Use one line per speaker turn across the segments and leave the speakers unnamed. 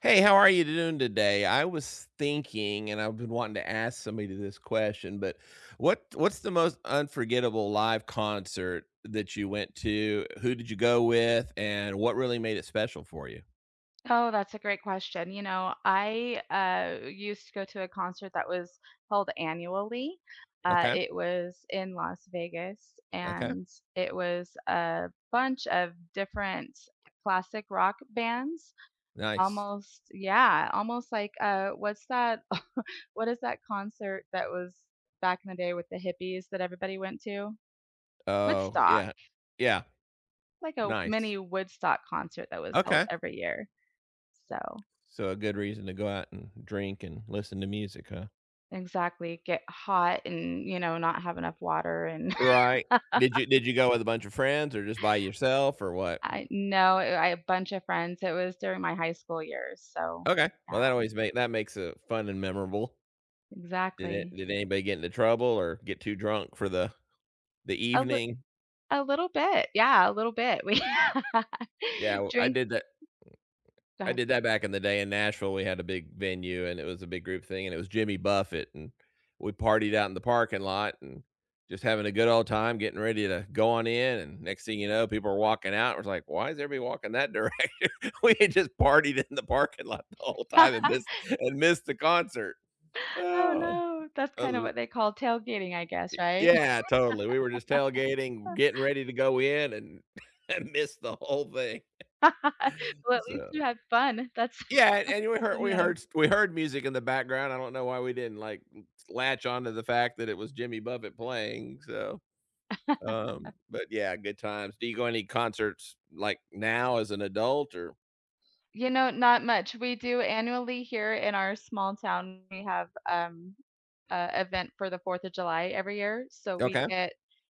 Hey, how are you doing today? I was thinking, and I've been wanting to ask somebody this question, but what's the most unforgettable live concert that you went to? Who did you go with, and what really made it special for you?
Oh, that's a great question. You know, I used to go to a concert that was held annually.
Okay,
It was in Las Vegas,
okay,
and it was a bunch of different classic rock bands.
nice.
Almost, yeah, almost like what's that? What is that concert that was back in the day with the hippies that everybody went to?
Oh,
Woodstock,
yeah, yeah,
like a
nice.
mini Woodstock concert that was held
Okay,
every year. So.
so a good reason to go out and drink and listen to music, huh?
Exactly, get hot and, not have enough water, and
Right. Did you go with a bunch of friends or just by yourself or what?
I no, I- a bunch of friends, it was during my high school years, so
Okay, well
yeah,
that makes it fun and memorable.
exactly.
Did anybody get into trouble or get too drunk for the
A lit
evening?
a little bit, yeah, a little bit. We
Yeah, w I
drink
did that.
go
I
ahead.
did that back in the day in Nashville. We had a big venue, and it was a big group thing, and it was Jimmy Buffett, and we partied out in the parking lot and just having a good old time, getting ready to go on in, and next thing you know, people are walking out, we're like, "Why is everybody walking that direction?" We had just partied in the parking lot the whole time and missed the concert.
Oh,
Oh,
no, that's
those
kinda
were.
what they call tailgating, I guess, right?
Yeah, totally. We were just tailgating, getting ready to go in and and missed the whole thing.
Well, at least
So,
you had fun, that's
yeah, and and we
the
heard we
matter.
heard we heard music in the background. I don't know why we didn't, like, latch onto the fact that it was Jimmy Buffett playing, so, but yeah, good times. Do you go any concerts, like, now as an adult or.
You know, not much. We do annually here in our small town, we have, a event for the 4th of July every year, so we
Okay.
get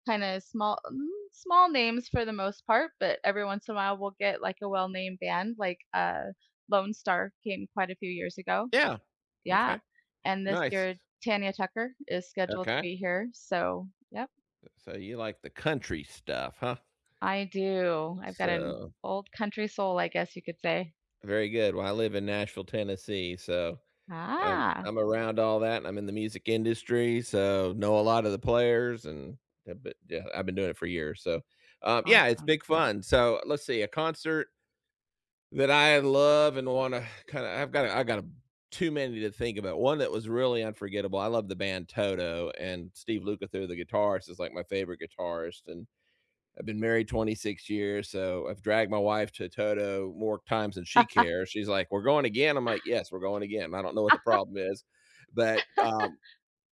kinda small small names for the most part, but every once in a while, we'll get, like, a well-named band, like, Lone Star came quite a few years ago.
Yeah,
Yeah,
okay.
and this
Nice.
year, Tanya Tucker is scheduled to
Okay.
be here, so yep,
So you like the country stuff, huh?
I do. I've got an
So,
old country soul, I guess you could say.
very good. Well, I live in Nashville, Tennessee, so
Ah,
I'm around all that, and I'm in the music industry, so know a lot of the players, and yeah, but yeah, I've been doing it for years. So, yeah, it's
awesome.
big fun. So let's see, a concert that I love and want to kind of I got a, too many to think about. One that was really unforgettable. I love the band Toto, and Steve Lukather, the guitarist, is like my favorite guitarist, and I've been married 26 years, so I've dragged my wife to Toto more times than she cares. She's like, "We're going again." I'm like, "Yes, we're going again." I don't know what the problem is, but,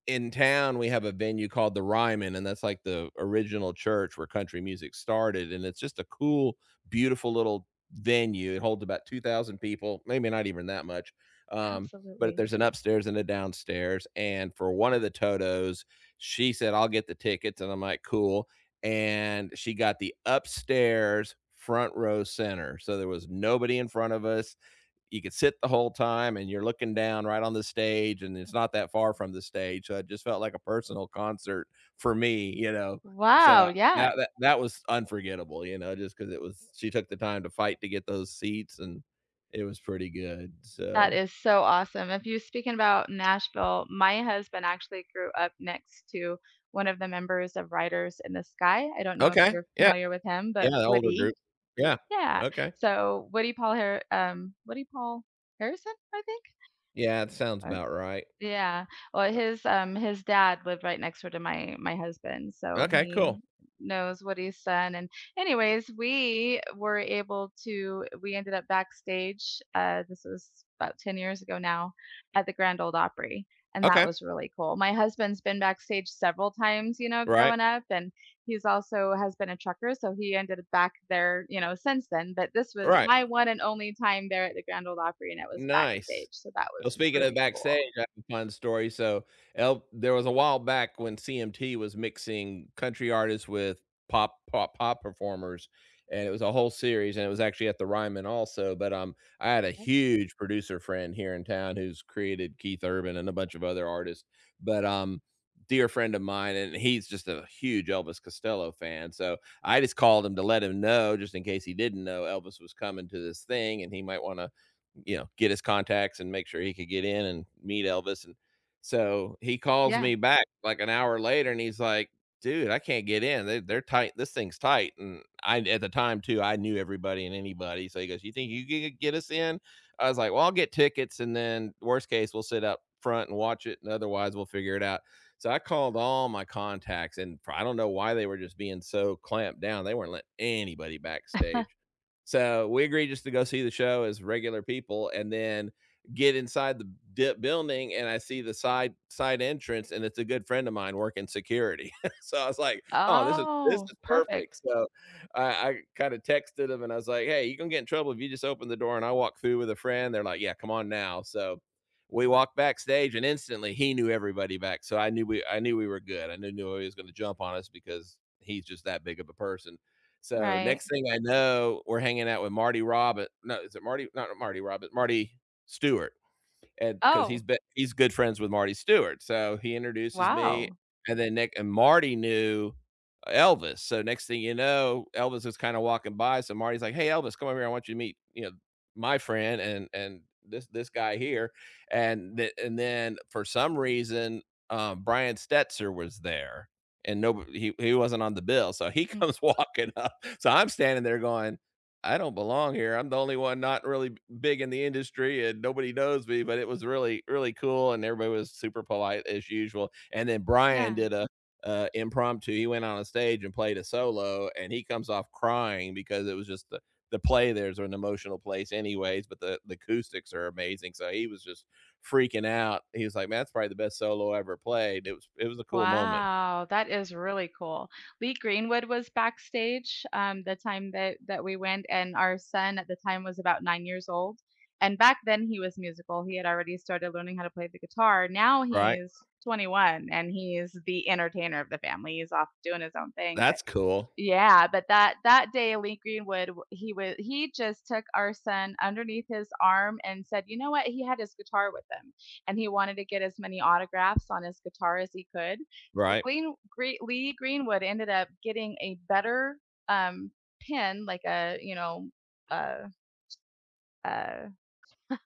in town, we have a venue called the Ryman, and that's like the original church where country music started. And it's just a cool, beautiful little venue. It holds about 2,000 people, maybe not even that much. Um, but
Absolutely.
there's an upstairs and a downstairs. And for one of the Totos, she said, I'll get the tickets. And I'm like, cool. And she got the upstairs front row center. So there was nobody in front of us. You could sit the whole time and you're looking down right on the stage and it's not that far from the stage. So it just felt like a personal concert for me, you know. So
Wow, yeah,
that was unforgettable, you know, just because it was she took the time to fight to get those seats and it was pretty good.
that
So
is so awesome. If you're speaking about Nashville, my husband actually grew up next to one of the members of Riders in the Sky. I don't know if
okay.
you're
Yeah.
familiar with him, but
Yeah, the older
Woody.
group. Yeah.
Yeah.
Okay.
So Woody Paul Harrison, I think.
Yeah, it sounds
uh,
about right.
Yeah. Well, his dad lived right next door to my husband, so
Okay,
he
cool.
knows what he's done. And anyways, we were able to we ended up backstage. This was about 10 years ago now at the Grand Old Opry, and that
Okay.
was really cool. My husband's been backstage several times, you know,
Right.
growing up, and he's also has been a trucker, so he ended up back there, you know, since then. But this was
Right.
my one and only time there at the Grand Old Opry, and it was
Nice.
backstage, so that
Well,
was
speaking of
pretty cool.
backstage, I have a fun story. So, El there was a while back when CMT was mixing country artists with pop performers, and it was a whole series, and it was actually at the Ryman also, but, I had a huge producer friend here in town who's created Keith Urban and a bunch of other artists, but, dear friend of mine, and he's just a huge Elvis Costello fan, so I just called him to let him know, just in case he didn't know Elvis was coming to this thing and he might wanna, you know, get his contacts and make sure he could get in and meet Elvis. And so he calls
Yeah.
me back like an hour later and he's like, dude, I can't get in. They're tight. This thing's tight. And I, at the time too, I knew everybody and anybody. So he goes, you think you can get us in? I was like, well, I'll get tickets. And then worst case, we'll sit up front and watch it. And otherwise we'll figure it out. So I called all my contacts and I don't know why they were just being so clamped down. They weren't letting anybody backstage. So we agreed just to go see the show as regular people and then get inside the dip building and I see the side entrance and it's a good friend of mine working security. So I was like, oh, this
Oh,
is perfect.
perfect.
So I kind of texted him and I was like, hey, you gonna get in trouble if you just open the door and I walk through with a friend. They're like, yeah, come on now. So we walked backstage and instantly he knew everybody back. So I knew we were good. I knew he was going to jump on us because he's just that big of a person. So,
Right.
next thing I know, we're hanging out with Marty Robbit no, is it Marty? Not Marty Robbit, Marty Stewart. And because 'cause
Oh,
he's good friends with Marty Stewart, so he introduces me,
wow.
and then Nick and Marty knew Elvis, so next thing you know, Elvis is kinda walking by, so Marty's like, "Hey, Elvis, come over here, I want you to meet, you know, my friend and this guy here," and then for some reason, Brian Stetzer was there, and nobo he wasn't on the bill, so he
Mm.
comes walking up, so I'm standing there going, I don't belong here. I'm the only one not really b big in the industry and nobody knows me, but it was really, really cool and everybody was super polite as usual, and then Brian
Yeah.
did a, impromptu he went on a stage and played a solo, and he comes off crying because it was just there's an emotional place anyways, but the acoustics are amazing, so he was just freaking out. He was like, "Man, that's probably the best solo I ever played." It was a cool moment,
Wow, that is really cool. Lee Greenwood was backstage, the time that we went, and our son at the time was about 9 years old, and back then he was musical. He had already started learning how to play the guitar. Now
right?
he's 21 and he's the entertainer of the family. He's off doing his own thing.
That's cool,
Yeah, but that that day, Lee Greenwood, w- he was he just took our son underneath his arm and said, "You know what? He had his guitar with him, and he wanted to get as many autographs on his guitar as he could." So
right?
Lee Greenwood ended up getting a better um, pen, like a uh, uh,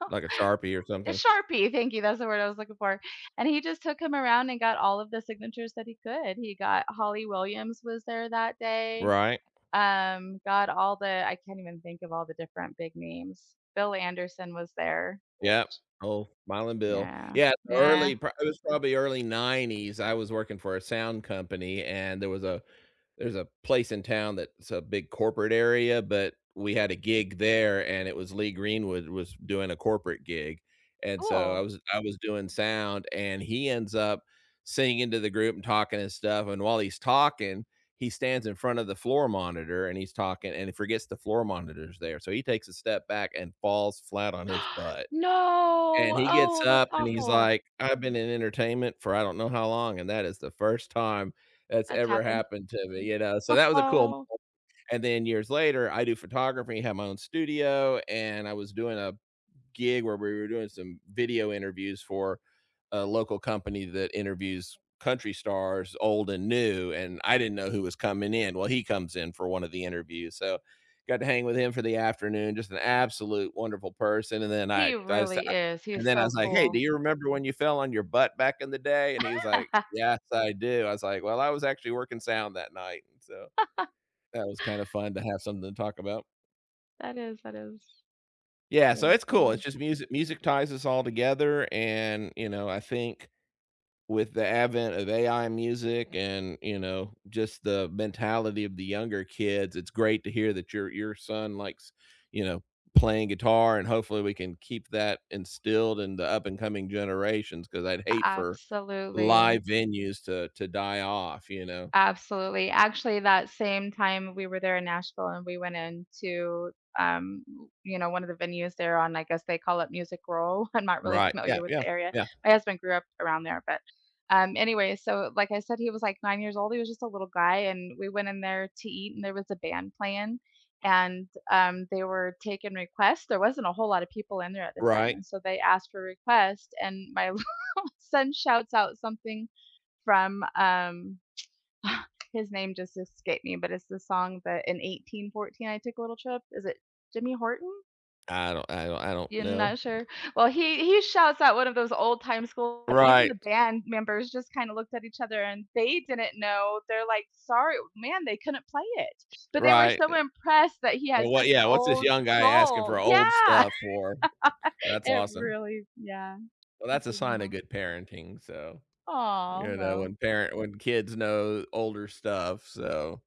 Like a Sharpie or
a
something,
Sharpie. Thank you, that's the word I was looking for. And he just took him around and got all of the signatures that he could. He got Holly Williams was there that day.
right?
God, all the I can't even think of all the different big names. Bill Anderson was there,
Yep.
which
Oh, Smilin' Bill.
yeah,
Yeah, the
yeah.
early pro it was probably early 90s. I was working for a sound company, and there's a place in town that's a big corporate area, but we had a gig there, and it was Lee Greenwood was doing a corporate gig, and so
Cool.
I was doing sound, and he ends up singing to the group and talking and stuff, and while he's talking, he stands in front of the floor monitor, and he's talking, and he forgets the floor monitor's there, so he takes a step back and falls flat on his butt.
No!
And he gets
Oh, that's
up and he's
awful.
like, "I've been in entertainment for I don't know how long, and that is the first time that's
That's
ever
happened.
happened to me," you know, so that was a cool.
Oh,
And then years later, I do photography, had my own studio, and I was doing a gig where we were doing some video interviews for a local company that interviews country stars, old and new, and I didn't know who was coming in. Well, he comes in for one of the interviews, so got to hang with him for the afternoon. Just an absolute wonderful person. And then
he really is.
and
He's
then I was
so
like, "Hey, do
cool.
you remember when you fell on your butt back in the day?" And he was like, "Yes, I do." I was like, "Well, I was actually working sound that night." And so that was kind of fun to have something to talk about.
That is
Yeah, so
really
it's cool.
cool.
It's just music ties us all together and, you know, I think with the advent of AI music and, you know, just the mentality of the younger kids, it's great to hear that your son likes, you know, playing guitar and hopefully we can keep that instilled in the up and coming generations. Because 'cause I'd hate for
Absolutely.
live venues to die off, you know?
Absolutely. Actually, that same time we were there in Nashville and we went into, um, you know, one of the venues there on, I guess they call it Music Row. I'm not really
Right. Yeah,
familiar with
yeah,
the area.
yeah.
My husband grew up around there, but anyway, so like I said, he was like 9 years old. He was just a little guy, and we went in there to eat, and there was a band playing, and they were taking requests. There wasn't a whole lot of people in there at the time,
Right.
and so they asked for requests, and my little son shouts out something from his name just escaped me, but it's the song that in 1814 I took a little trip. Is it Jimmy Horton?
I don't
You're
know.
not sure. Well, he shouts out one of those old time school. And even the
Right,
band members just kind of looked at each other and they didn't know. They're like, "Sorry, man, they couldn't play it," but they were so
right.
impressed that he
And
had
what,
such an
yeah, what's this
old
young guy asking
soul.
for old
Yeah,
stuff for? That's
it
awesome.
really yeah.
Well, that's a
Blew them
sign of good parenting, so,
off. Aw,
you know,
well.
when kids know older stuff, so,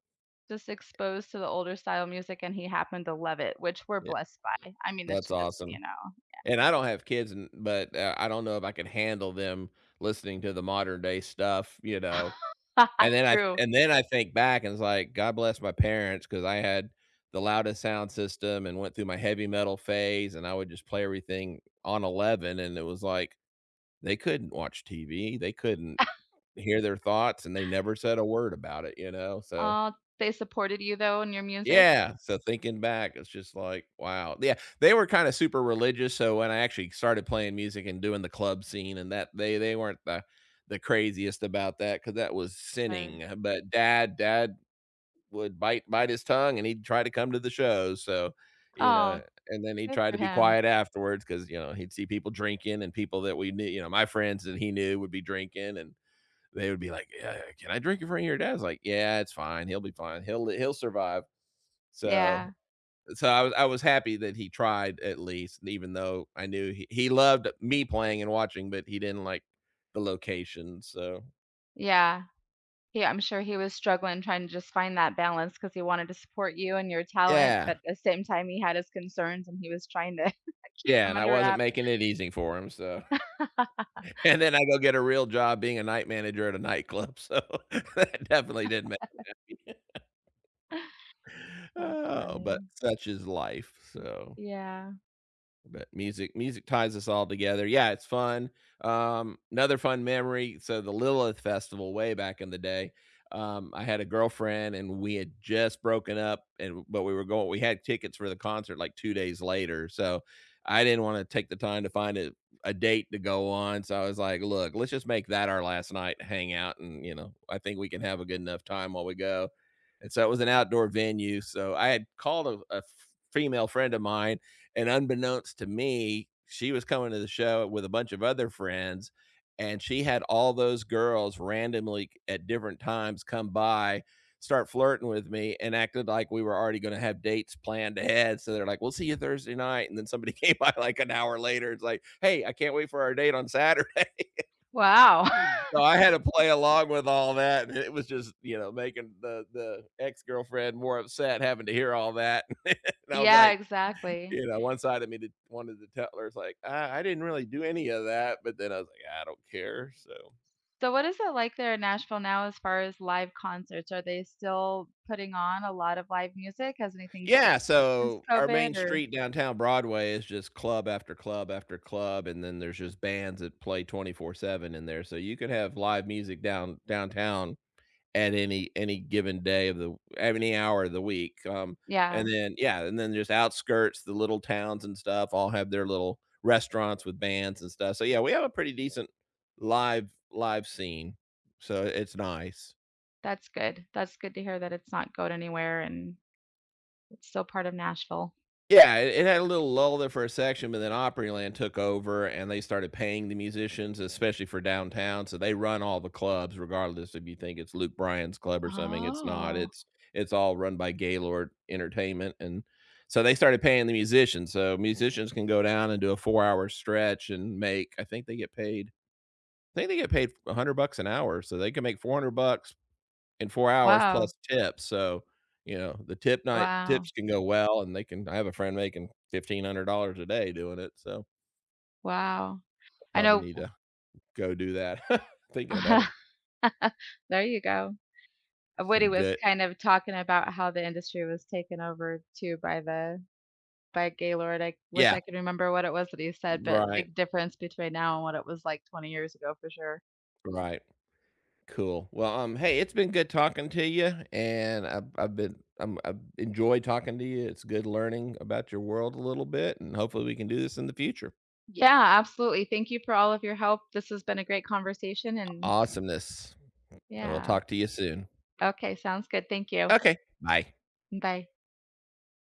Just exposed to the older style music, and he happened to love it, which we're
yeah,
blessed by. I mean, it's
that's
just, you
awesome.
know.
And I don't have kids, and but I don't know if I could handle them listening to the modern day stuff, you know? And
True.
then I think back and it's like, God bless my parents because I had the loudest sound system and went through my heavy metal phase, and I would just play everything on 11, and it was like, they couldn't watch TV, they couldn't hear their thoughts, and they never said a word about it, you know, so
Oh, they supported you, though, in your music?
yeah, so thinking back, it's just like, wow. Yeah, they were kinda super religious, so when I actually started playing music and doing the club scene and that they weren't the craziest about that because that was sinning,
Sure.
but dad would bite his tongue, and he'd try to come to the shows, so, you know,
Oh,
and then he
good
tried
for
to be
him.
quiet afterwards because you know, he'd see people drinking and people that we knew, you know, my friends that he knew would be drinking, and they would be like, yeah, "Can I drink in front of your dad?" Like, "Yeah, it's fine. He'll be fine. He'll survive." So
Yeah,
so I was happy that he tried at least, even though I knew he loved me playing and watching, but he didn't like the location. So
yeah. He, I'm sure he was struggling trying to just find that balance because he wanted to support you and your talent,
yeah,
but at the same time, he had his concerns, and he was trying to keep
yeah,
them
and I
under
wasn't
wrap.
making it easy for him. So and then I go get a real job being a night manager at a nightclub. So that definitely didn't make him happy.
That's
Oh, but
funny.
such is life. So.
Yeah.
But music ties us all together, yeah, it's fun. Another fun memory, so the Lilith Festival way back in the day, I had a girlfriend and we had just broken up, and but we were going, we had tickets for the concert like 2 days later, so I didn't want to take the time to find a date to go on. So I was like, look, let's just make that our last night hang out, and you know, I think we can have a good enough time while we go. And so it was an outdoor venue, so I had called a female friend of mine, and unbeknownst to me, she was coming to the show with a bunch of other friends, and she had all those girls randomly at different times come by, start flirting with me, and acted like we were already going to have dates planned ahead. So they're like, "We'll see you Thursday night," and then somebody came by like an hour later. It's like, "Hey, I can't wait for our date on Saturday."
Wow.
So I had to play along with all that, and it was just, you know, making the ex girlfriend more upset having to hear all that. And I was
Yeah,
like,
exactly.
you know, one side of me did wanted to tell her, it's like, I didn't really do any of that," but then I was like, "I don't care," so
So what is it like there in Nashville now as far as live concerts? Are they still putting on a lot of live music? Has anything changed
yeah,
since
so our main
COVID or
street downtown Broadway is just club after club after club, and then there's just bands that play 24/7 in there, so you could have live music downtown at any given day of the any hour of the week, and
yeah,
then yeah, and then just outskirts, the little towns and stuff all have their little restaurants with bands and stuff. So yeah, we have a pretty decent live scene, so it's nice.
that's good. That's good to hear that it's not going anywhere and it's still part of Nashville.
Yeah, it had a little lull there for a section, but then Opryland took over and they started paying the musicians, especially for downtown, so they run all the clubs regardless if you think it's Luke Bryan's club or something, it's not,
Oh.
it's all run by Gaylord Entertainment, and so they started paying the musicians, so musicians can go down and do a four-hour stretch and make, I think they get paid 100 bucks an hour, so they can make 400 bucks in 4 hours plus
Wow.
tips, so, you know, the tip night
Wow.
tips can go well, and they can, I have a friend making $1,500 a day doing it, so
Wow.
I
I
probably
know.
need to go do that, thinking about it.
There you go. Woody
Some
was
good
kind of talking about how the industry was taken over too by the by Gaylord. I wish
yeah,
I could remember what it was that he said, but
right,
big difference between now and what it was like 20 years ago for sure.
right. Cool. Well, hey, it's been good talking to you, and I've enjoyed talking to you, it's good learning about your world a little bit, and hopefully we can do this in the future.
Yeah, absolutely. Thank you for all of your help. This has been a great conversation and
Awesomeness, and we'll
yeah.
talk to you soon.
Okay, sounds good. Thank you.
Okay, bye.
Bye.